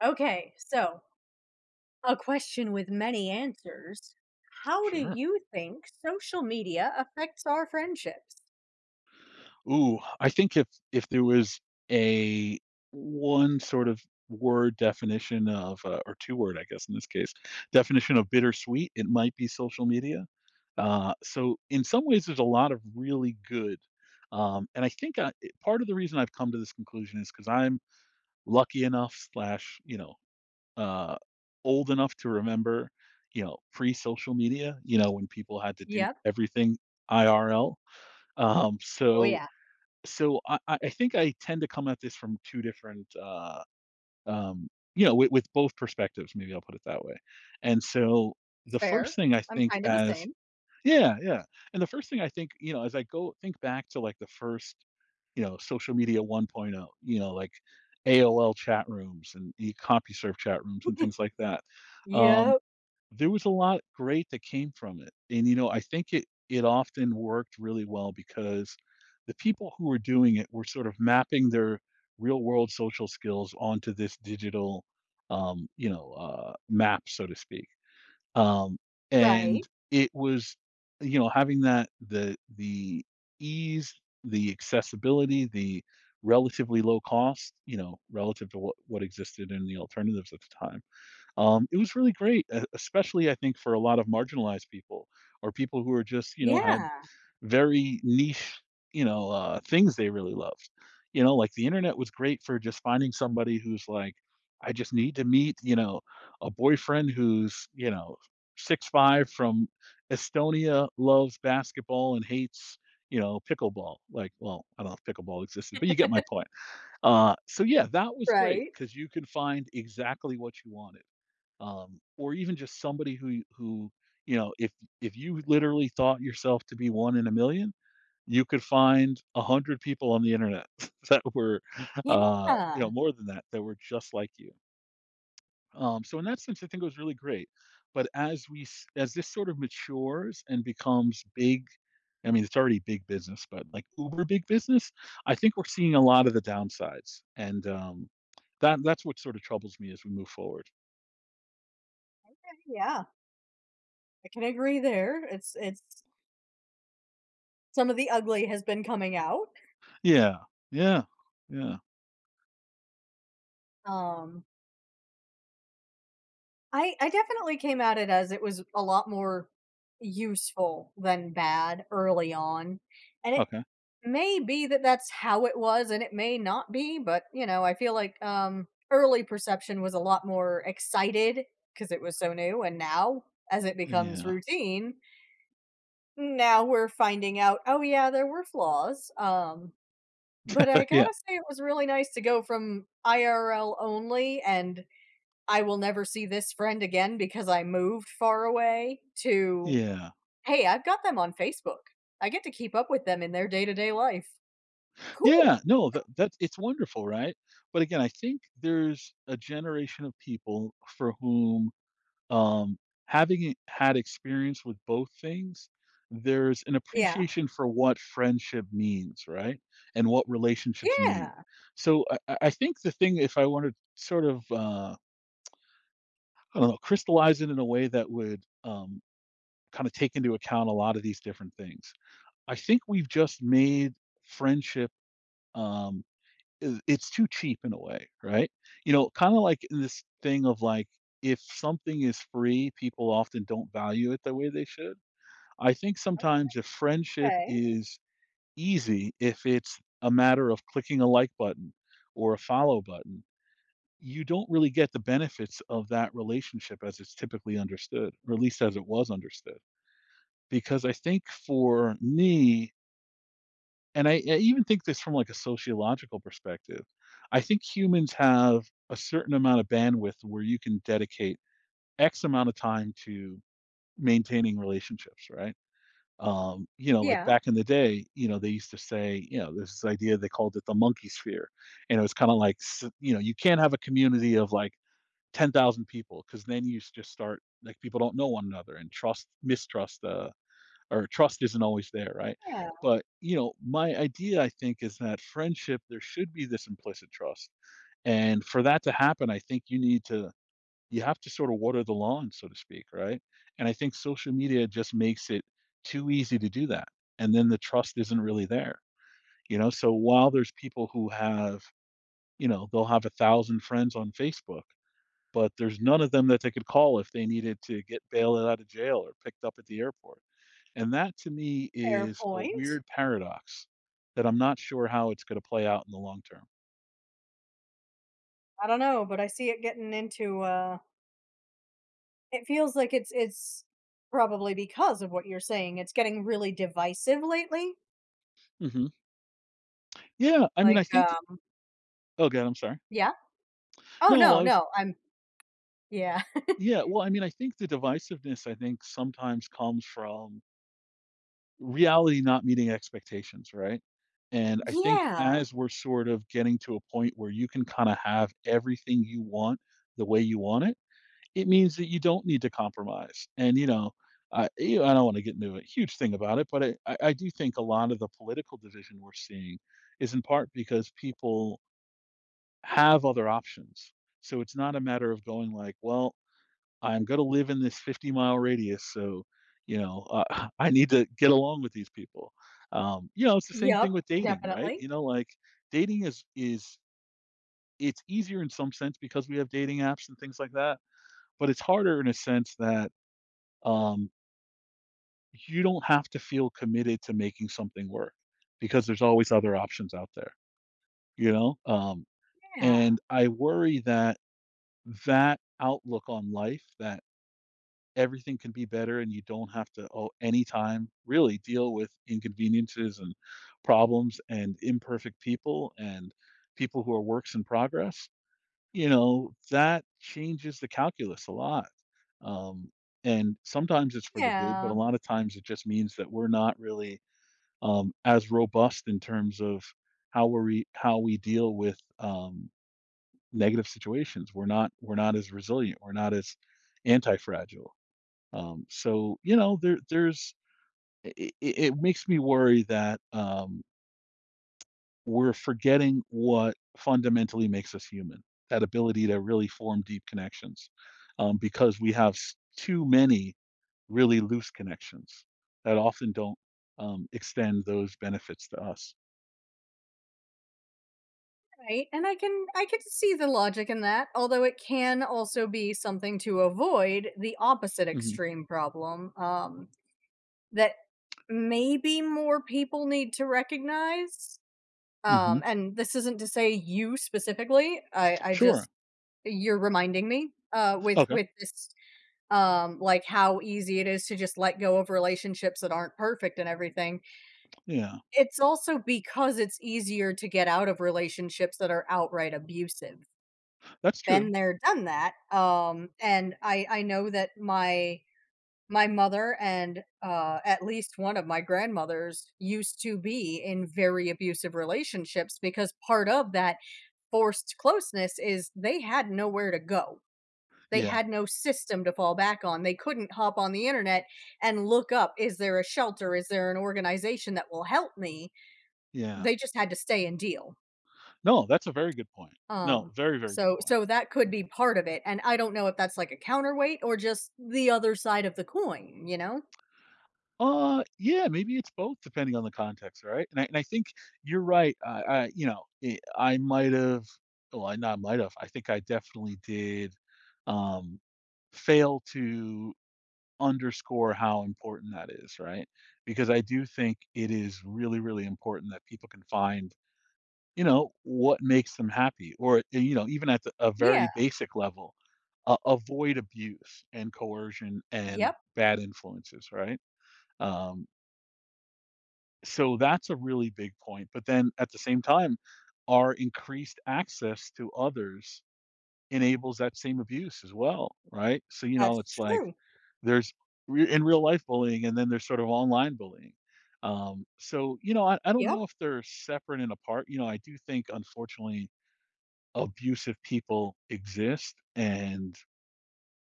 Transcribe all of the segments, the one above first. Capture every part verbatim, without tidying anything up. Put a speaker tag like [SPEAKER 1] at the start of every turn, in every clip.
[SPEAKER 1] Okay, so a question with many answers. How do
[SPEAKER 2] Sure.
[SPEAKER 1] you think social media affects our friendships?
[SPEAKER 2] Ooh, I think if if there was a one sort of word definition of, uh, or two word, I guess, in this case, definition of bittersweet, it might be social media. Uh, so in some ways, there's a lot of really good, um, and I think I it part of the reason I've come to this conclusion is because 'cause I'm lucky enough slash, you know, uh, old enough to remember, you know, pre-social media, you know, when people had to do
[SPEAKER 1] Yep.
[SPEAKER 2] everything I R L. Um,
[SPEAKER 1] Oh,
[SPEAKER 2] so
[SPEAKER 1] yeah,
[SPEAKER 2] so I, I I think I tend to come at this from two different, uh, um, you know, with, with both perspectives. Maybe I'll put it that way. And so
[SPEAKER 1] it's
[SPEAKER 2] the
[SPEAKER 1] fair.
[SPEAKER 2] first thing I
[SPEAKER 1] I'm
[SPEAKER 2] think
[SPEAKER 1] kind of the
[SPEAKER 2] as
[SPEAKER 1] same.
[SPEAKER 2] Yeah, yeah, and the first thing I think, you know, as I go think back to like the first, you know, social media 1.0, you know, like A O L chat rooms and e CompuServe chat rooms and things like that. Um,
[SPEAKER 1] Yep.
[SPEAKER 2] there was a lot great that came from it, and, you know, I think it it often worked really well because the people who were doing it were sort of mapping their real world social skills onto this digital, um, you know, uh, map, so to speak, um,
[SPEAKER 1] Right.
[SPEAKER 2] and it was, you know, having that the the ease, the accessibility, the relatively low cost, you know, relative to what what existed in the alternatives at the time. Um, it was really great, e especially, I think, for a lot of marginalized people or people who are just, you know, had
[SPEAKER 1] Yeah.
[SPEAKER 2] very niche, you know, uh, things they really loved. You know, like, the internet was great for just finding somebody who's like, "I just need to meet, you know, a boyfriend who's, you know, six five from Estonia, loves basketball and hates, you know, pickleball." Like, well, I don't know if pickleball existed, but you get my point. Uh, so yeah, that was great
[SPEAKER 1] Right.
[SPEAKER 2] because you could find exactly what you wanted, um, or even just somebody who who you know, if if you literally thought yourself to be one in a million, you could find a hundred people on the internet that were,
[SPEAKER 1] Yeah.
[SPEAKER 2] uh, you know, more than that that were just like you, um, so in that sense, I think it was really great. But as we s- as this sort of matures and becomes big, I mean, it's already big business, but like uber big business, I think we're seeing a lot of the downsides, and um, that that's what sort of troubles me as we move forward.
[SPEAKER 1] Yeah, I can agree there. It's it's some of the ugly has been coming out.
[SPEAKER 2] Yeah. Yeah. Yeah.
[SPEAKER 1] Um I I definitely came at it as it was a lot more useful than bad early on. And it,
[SPEAKER 2] Okay.
[SPEAKER 1] may be that that's how it was, and it may not be, but, you know, I feel like, um, early perception was a lot more excited because it was so new, and now, as it becomes
[SPEAKER 2] Yeah.
[SPEAKER 1] routine, now we're finding out, "Oh, yeah, there were flaws," um, but I
[SPEAKER 2] Yeah.
[SPEAKER 1] gotta say it was really nice to go from I R L only and I will never see this friend again because I moved far away to,
[SPEAKER 2] Yeah.
[SPEAKER 1] "Hey, I've got them on Facebook. I get to keep up with them in their day-to-day life.
[SPEAKER 2] Yeah.
[SPEAKER 1] Cool."
[SPEAKER 2] No, that that's it's wonderful, right? But again, I think there's a generation of people for whom, um, having e had experience with both things, there's an
[SPEAKER 1] Yeah.
[SPEAKER 2] appreciation for what friendship means, right? And what relationships mean.
[SPEAKER 1] Yeah,
[SPEAKER 2] So I I I think the thing, if I wanted to sort of, uh, I don't know, crystallize it in a way that would, um, kinda take into account a lot of these different things. I think we've just made friendship, um, I it's too cheap in a way, right? You know, kinda like in this thing of, like, if something is free, people often don't value it the way they should. I think sometimes if friendship
[SPEAKER 1] okay.
[SPEAKER 2] is easy, if it's a matter of clicking a like button or a follow button, you don't really get the benefits of that relationship as it's typically understood, or at least as it was understood. Because I think for me, and I, I even think this from like a sociological perspective. I think humans have a certain amount of bandwidth where you can dedicate X amount of time to maintaining relationships, right? Um, you know, like
[SPEAKER 1] Yeah,
[SPEAKER 2] back in the day, you know, they used to say, you know, this idea, they called it the monkey sphere, and it was kind of like, s- you know, you can't have a community of like ten thousand people, because then you s- just start like people don't know one another and trust, mistrust, uh, or trust isn't always there, right?
[SPEAKER 1] yeah,
[SPEAKER 2] But, you know, my idea, I think, is that friendship, there should be this implicit trust. And for that to happen, I think you need to, you have to sort of water the lawn, so to speak, right? And I think social media just makes it too easy to do that. And then the trust isn't really there, you know? So while there's people who have, you know, they'll have a thousand friends on Facebook, but there's none of them that they could call if they needed to get bailed out of jail or picked up at the airport. And that to me
[SPEAKER 1] fair
[SPEAKER 2] is a
[SPEAKER 1] point.
[SPEAKER 2] weird paradox that I'm not sure how it's gonna play out in the long term.
[SPEAKER 1] I don't know, but I see it getting into, uh it feels like it's it's probably because of what you're saying, it's getting really divisive lately.
[SPEAKER 2] Mhm. Yeah, I mean,
[SPEAKER 1] Like,
[SPEAKER 2] I think—
[SPEAKER 1] um
[SPEAKER 2] Oh, God, I'm sorry.
[SPEAKER 1] yeah? Oh,
[SPEAKER 2] No, well,
[SPEAKER 1] no,
[SPEAKER 2] I was—
[SPEAKER 1] no, I'm yeah.
[SPEAKER 2] Yeah, well, I mean, I think the divisiveness, I think, sometimes comes from reality not meeting expectations, right? And I think
[SPEAKER 1] Yeah.
[SPEAKER 2] as we're sort of getting to a point where you can kinda have everything you want the way you want it it means that you don't need to compromise. And, you know, I, you know, I don't want to get into a huge thing about it, but I, I I do think a lot of the political division we're seeing is in part because people have other options. So it's not a matter of going like, well, I'm going to live in this fifty mile radius. So, you know, uh, I need to get along with these people. Um, you know, it's the same thing
[SPEAKER 1] Yep,
[SPEAKER 2] with dating, right?
[SPEAKER 1] definitely.
[SPEAKER 2] You know, like dating is, is, it's easier in some sense because we have dating apps and things like that, but it's harder in a sense that, um, you don't have to feel committed to making something work because there's always other options out there, you know? Um,
[SPEAKER 1] Yeah,
[SPEAKER 2] and I worry that that outlook on life, that everything can be better and you don't have to oh anytime really deal with inconveniences and problems and imperfect people and people who are works in progress. You know, that changes the calculus a lot. Um, and sometimes it's for the good, but
[SPEAKER 1] yeah,
[SPEAKER 2] a lot of times it just means that we're not really, um, as robust in terms of how we re- how we deal with, um, negative situations. We're not we're not as resilient. We're not as anti-fragile. Um, so you know, there there's it, it makes me worry that, um, we're forgetting what fundamentally makes us human, that ability to really form deep connections, um, because we have s- too many really loose connections that often don't, um, extend those benefits to us.
[SPEAKER 1] right, and I can I can see the logic in that, although it can also be something to avoid the opposite
[SPEAKER 2] Hmm.
[SPEAKER 1] extreme problem, um, that maybe more people need to recognize,
[SPEAKER 2] Hmm.
[SPEAKER 1] um, and this isn't to say you specifically, I I
[SPEAKER 2] Sure.
[SPEAKER 1] just you're reminding me, uh, with
[SPEAKER 2] Okay.
[SPEAKER 1] with this, um, like, how easy it is to just let go of relationships that aren't perfect and everything.
[SPEAKER 2] Yeah,
[SPEAKER 1] It's also because it's easier to get out of relationships that are outright abusive.
[SPEAKER 2] that's
[SPEAKER 1] Been
[SPEAKER 2] true.
[SPEAKER 1] there, done that, um, and I I know that my My mother and, uh, at least one of my grandmothers used to be in very abusive relationships because part of that forced closeness is they had nowhere to go. They
[SPEAKER 2] Yeah.
[SPEAKER 1] had no system to fall back on. They couldn't hop on the internet and look up, is there a shelter? Is there an organization that will help me?
[SPEAKER 2] Yeah.
[SPEAKER 1] They just had to stay and deal.
[SPEAKER 2] No, that's a very good point. No,
[SPEAKER 1] Um,
[SPEAKER 2] very, very good
[SPEAKER 1] so
[SPEAKER 2] point.
[SPEAKER 1] so that could
[SPEAKER 2] Mm.
[SPEAKER 1] be part of it. And I don't know if that's like a counterweight or just the other side of the coin, you know?
[SPEAKER 2] Uh, yeah, maybe it's both depending on the context, right? And I and I think you're right. I, I you know, it, I might have, well, I not might have. I think I definitely did, um fail to underscore how important that is, right? Because I do think it is really, really important that people can find, you know, what makes them happy or, uh, you know, even at the, a very
[SPEAKER 1] Yeah.
[SPEAKER 2] basic level, uh, avoid abuse and coercion and
[SPEAKER 1] Yep.
[SPEAKER 2] bad influences, right? Um, So that's a really big point, but then at the same time, our increased access to others enables that same abuse as well, right? So, you know,
[SPEAKER 1] That's
[SPEAKER 2] it's like
[SPEAKER 1] true.
[SPEAKER 2] there's re- in real life bullying, and then there's sort of online bullying. Um, so, you know, I, I don't
[SPEAKER 1] Yep.
[SPEAKER 2] know if they're separate and apart. You know, I do think unfortunately abusive people exist, and,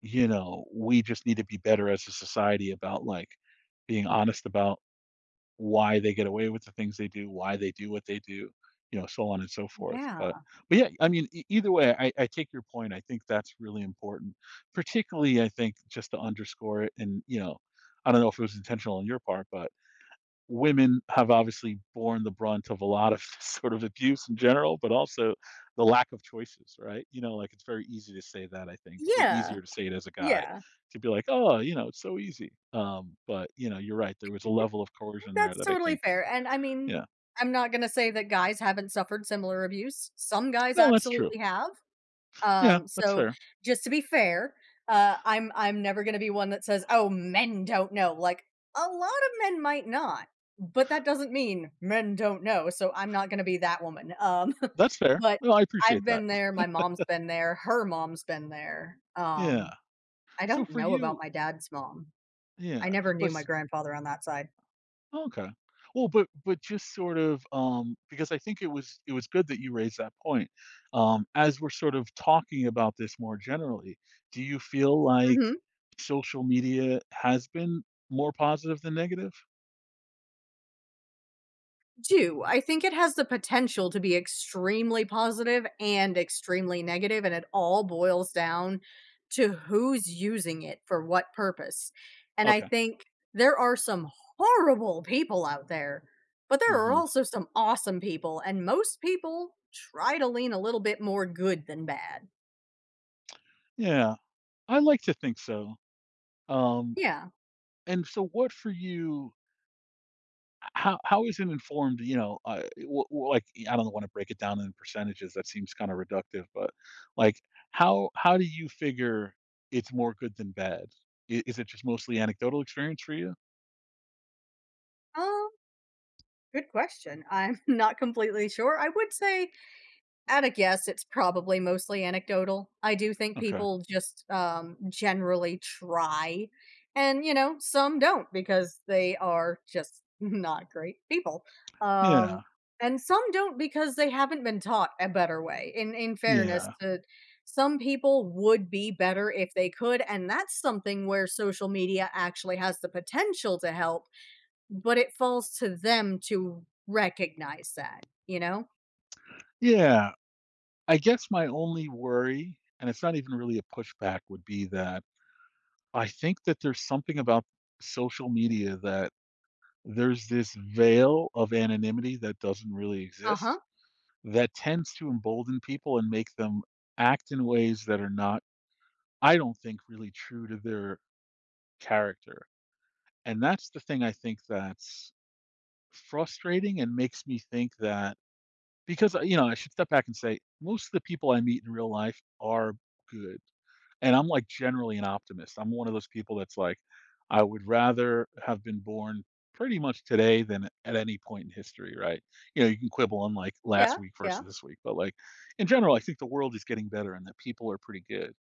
[SPEAKER 2] you know, we just need to be better as a society about like being honest about why they get away with the things they do, why they do what they do, you know, so on and so forth. But
[SPEAKER 1] Yeah.
[SPEAKER 2] but yeah, I mean, e- either way, I, I take your point. I think that's really important, particularly I think just to underscore it. And you know, I don't know if it was intentional on your part, but women have obviously borne the brunt of a lot of sort of abuse in general, but also the lack of choices, right? You know, like it's very easy to say that, I think, or
[SPEAKER 1] Yeah,
[SPEAKER 2] easier to say it as a guy,
[SPEAKER 1] yeah,
[SPEAKER 2] to be like, oh, you know, it's so easy. Um, but you know, you're right. There was a level of coercion there
[SPEAKER 1] that's
[SPEAKER 2] that I
[SPEAKER 1] totally
[SPEAKER 2] think,
[SPEAKER 1] fair, and I mean,
[SPEAKER 2] yeah,
[SPEAKER 1] I'm not gonna say that guys haven't suffered similar abuse, some guys
[SPEAKER 2] no, that's true.
[SPEAKER 1] absolutely have,
[SPEAKER 2] Yeah,
[SPEAKER 1] um,
[SPEAKER 2] that's
[SPEAKER 1] so
[SPEAKER 2] fair.
[SPEAKER 1] just to be fair, uh, I'm I'm never gonna be one that says, "Oh, men don't know," like, a lot of men might not, but that doesn't mean men don't know, so I'm not gonna be that woman, um,
[SPEAKER 2] That's fair.
[SPEAKER 1] but
[SPEAKER 2] Well, I
[SPEAKER 1] I've
[SPEAKER 2] appreciate that.
[SPEAKER 1] been there, my mom's been there, her mom's been there, um,
[SPEAKER 2] Yeah.
[SPEAKER 1] I
[SPEAKER 2] So
[SPEAKER 1] don't
[SPEAKER 2] for
[SPEAKER 1] know about
[SPEAKER 2] you,
[SPEAKER 1] my dad's mom. I
[SPEAKER 2] yeah,
[SPEAKER 1] never knew my
[SPEAKER 2] but—
[SPEAKER 1] grandfather on that side.
[SPEAKER 2] Okay. Well, but but just sort of, um, because I think it was it was good that you raised that point. Um, as we're sort of talking about this more generally, do you feel like
[SPEAKER 1] Mhm.
[SPEAKER 2] social media has been more positive than negative?
[SPEAKER 1] Do. I think it has the potential to be extremely positive and extremely negative, and it all boils down to who's using it for what purpose. And I
[SPEAKER 2] Okay.
[SPEAKER 1] think there are some horrible people out there, but there are
[SPEAKER 2] Hmm.
[SPEAKER 1] also some awesome people, and most people try to lean a little bit more good than bad.
[SPEAKER 2] Yeah, I like to think so. Um,
[SPEAKER 1] Yeah.
[SPEAKER 2] and so, what for you? How how is it informed, you know, uh, w w like, I don't wanna break it down in percentages, that seems kinda reductive, but, like, how how do you figure it's more good than bad? I is it just mostly anecdotal experience for you?
[SPEAKER 1] Um, good question. I'm not completely sure. I would say at a guess, it's probably mostly anecdotal. I do think
[SPEAKER 2] Okay.
[SPEAKER 1] people just, um, generally try, and, you know, some don't because they are just not great people. Um,
[SPEAKER 2] Yeah.
[SPEAKER 1] and some don't because they haven't been taught a better way. In in fairness
[SPEAKER 2] Yeah.
[SPEAKER 1] to some people would be better if they could, and that's something where social media actually has the potential to help, but it falls to them to recognize that, you know?
[SPEAKER 2] Yeah. I guess my only worry, and it's not even really a pushback, would be that I think that there's something about social media that there's this veil of anonymity that doesn't really
[SPEAKER 1] Uh-huh.
[SPEAKER 2] exist, that tends to embolden people and make them act in ways that are not, I don't think, really true to their character. And that's the thing, I think, that's frustrating and makes me think that, because, uh, you know, I should step back and say most of the people I meet in real life are good. And I'm, like, generally an optimist. I'm one of those people that's like, I would rather have been born pretty much today than at any point in history, right? You know, you can quibble on, like, last
[SPEAKER 1] Yeah,
[SPEAKER 2] week
[SPEAKER 1] yeah.
[SPEAKER 2] versus this week, but, like, in general, I think the world is getting better and that people are pretty good.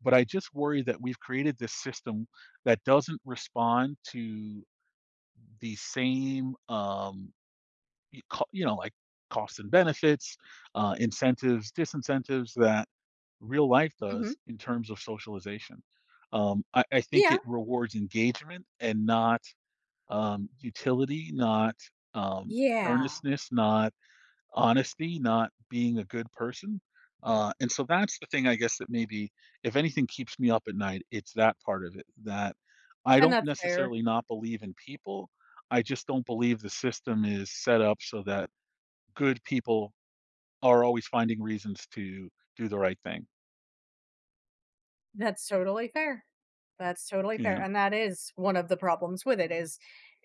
[SPEAKER 2] But I just worry that we've created this system that doesn't respond to the same, um you co- you know, like costs and benefits, uh, incentives, disincentives, that real life
[SPEAKER 1] Mhm.
[SPEAKER 2] does in terms of socialization. Um, I, I think
[SPEAKER 1] Yeah.
[SPEAKER 2] it rewards engagement and not, um, utility, not, um,
[SPEAKER 1] Yeah.
[SPEAKER 2] earnestness, not honesty, not being a good person. Uh, and so that's the thing, I guess, that maybe, if anything, keeps me up at night. It's that part of it that I
[SPEAKER 1] And
[SPEAKER 2] don't
[SPEAKER 1] that's fair.
[SPEAKER 2] necessarily not believe in people. I just don't believe the system is set up so that good people are always finding reasons to do the right thing.
[SPEAKER 1] That's totally fair. That's totally fair.
[SPEAKER 2] Yeah.
[SPEAKER 1] And that is one of the problems with it is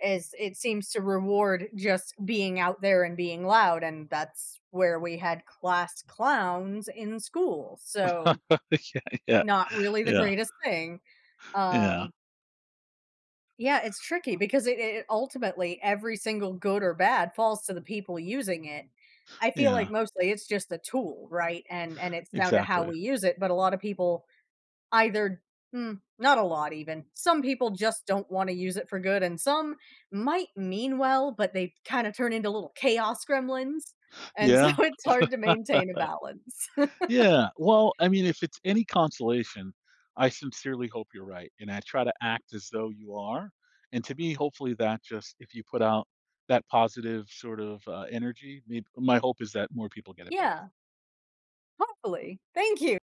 [SPEAKER 1] is it seems to reward just being out there and being loud and that's where we had class clowns in school. So
[SPEAKER 2] Yeah, yeah,
[SPEAKER 1] not really the
[SPEAKER 2] yeah,
[SPEAKER 1] greatest thing.
[SPEAKER 2] yeah,
[SPEAKER 1] Um Yeah, it's tricky because it it ultimately, every single good or bad falls to the people using it. I feel like
[SPEAKER 2] yeah,
[SPEAKER 1] mostly it's just a tool, right? And and it's down to how
[SPEAKER 2] exactly.
[SPEAKER 1] we use it, but a lot of people either mm, not a lot even. Some people just don't want to use it for good and some might mean well, but they kind of turn into little chaos gremlins. And so
[SPEAKER 2] Yeah,
[SPEAKER 1] it's hard to maintain a balance.
[SPEAKER 2] yeah. Well, I mean, if it's any consolation, I sincerely hope you're right, and I try to act as though you are, and to me, hopefully, that just if you put out that positive sort of, uh, energy, mayb my hope is that more people get it back.
[SPEAKER 1] Yeah, hopefully. Thank you.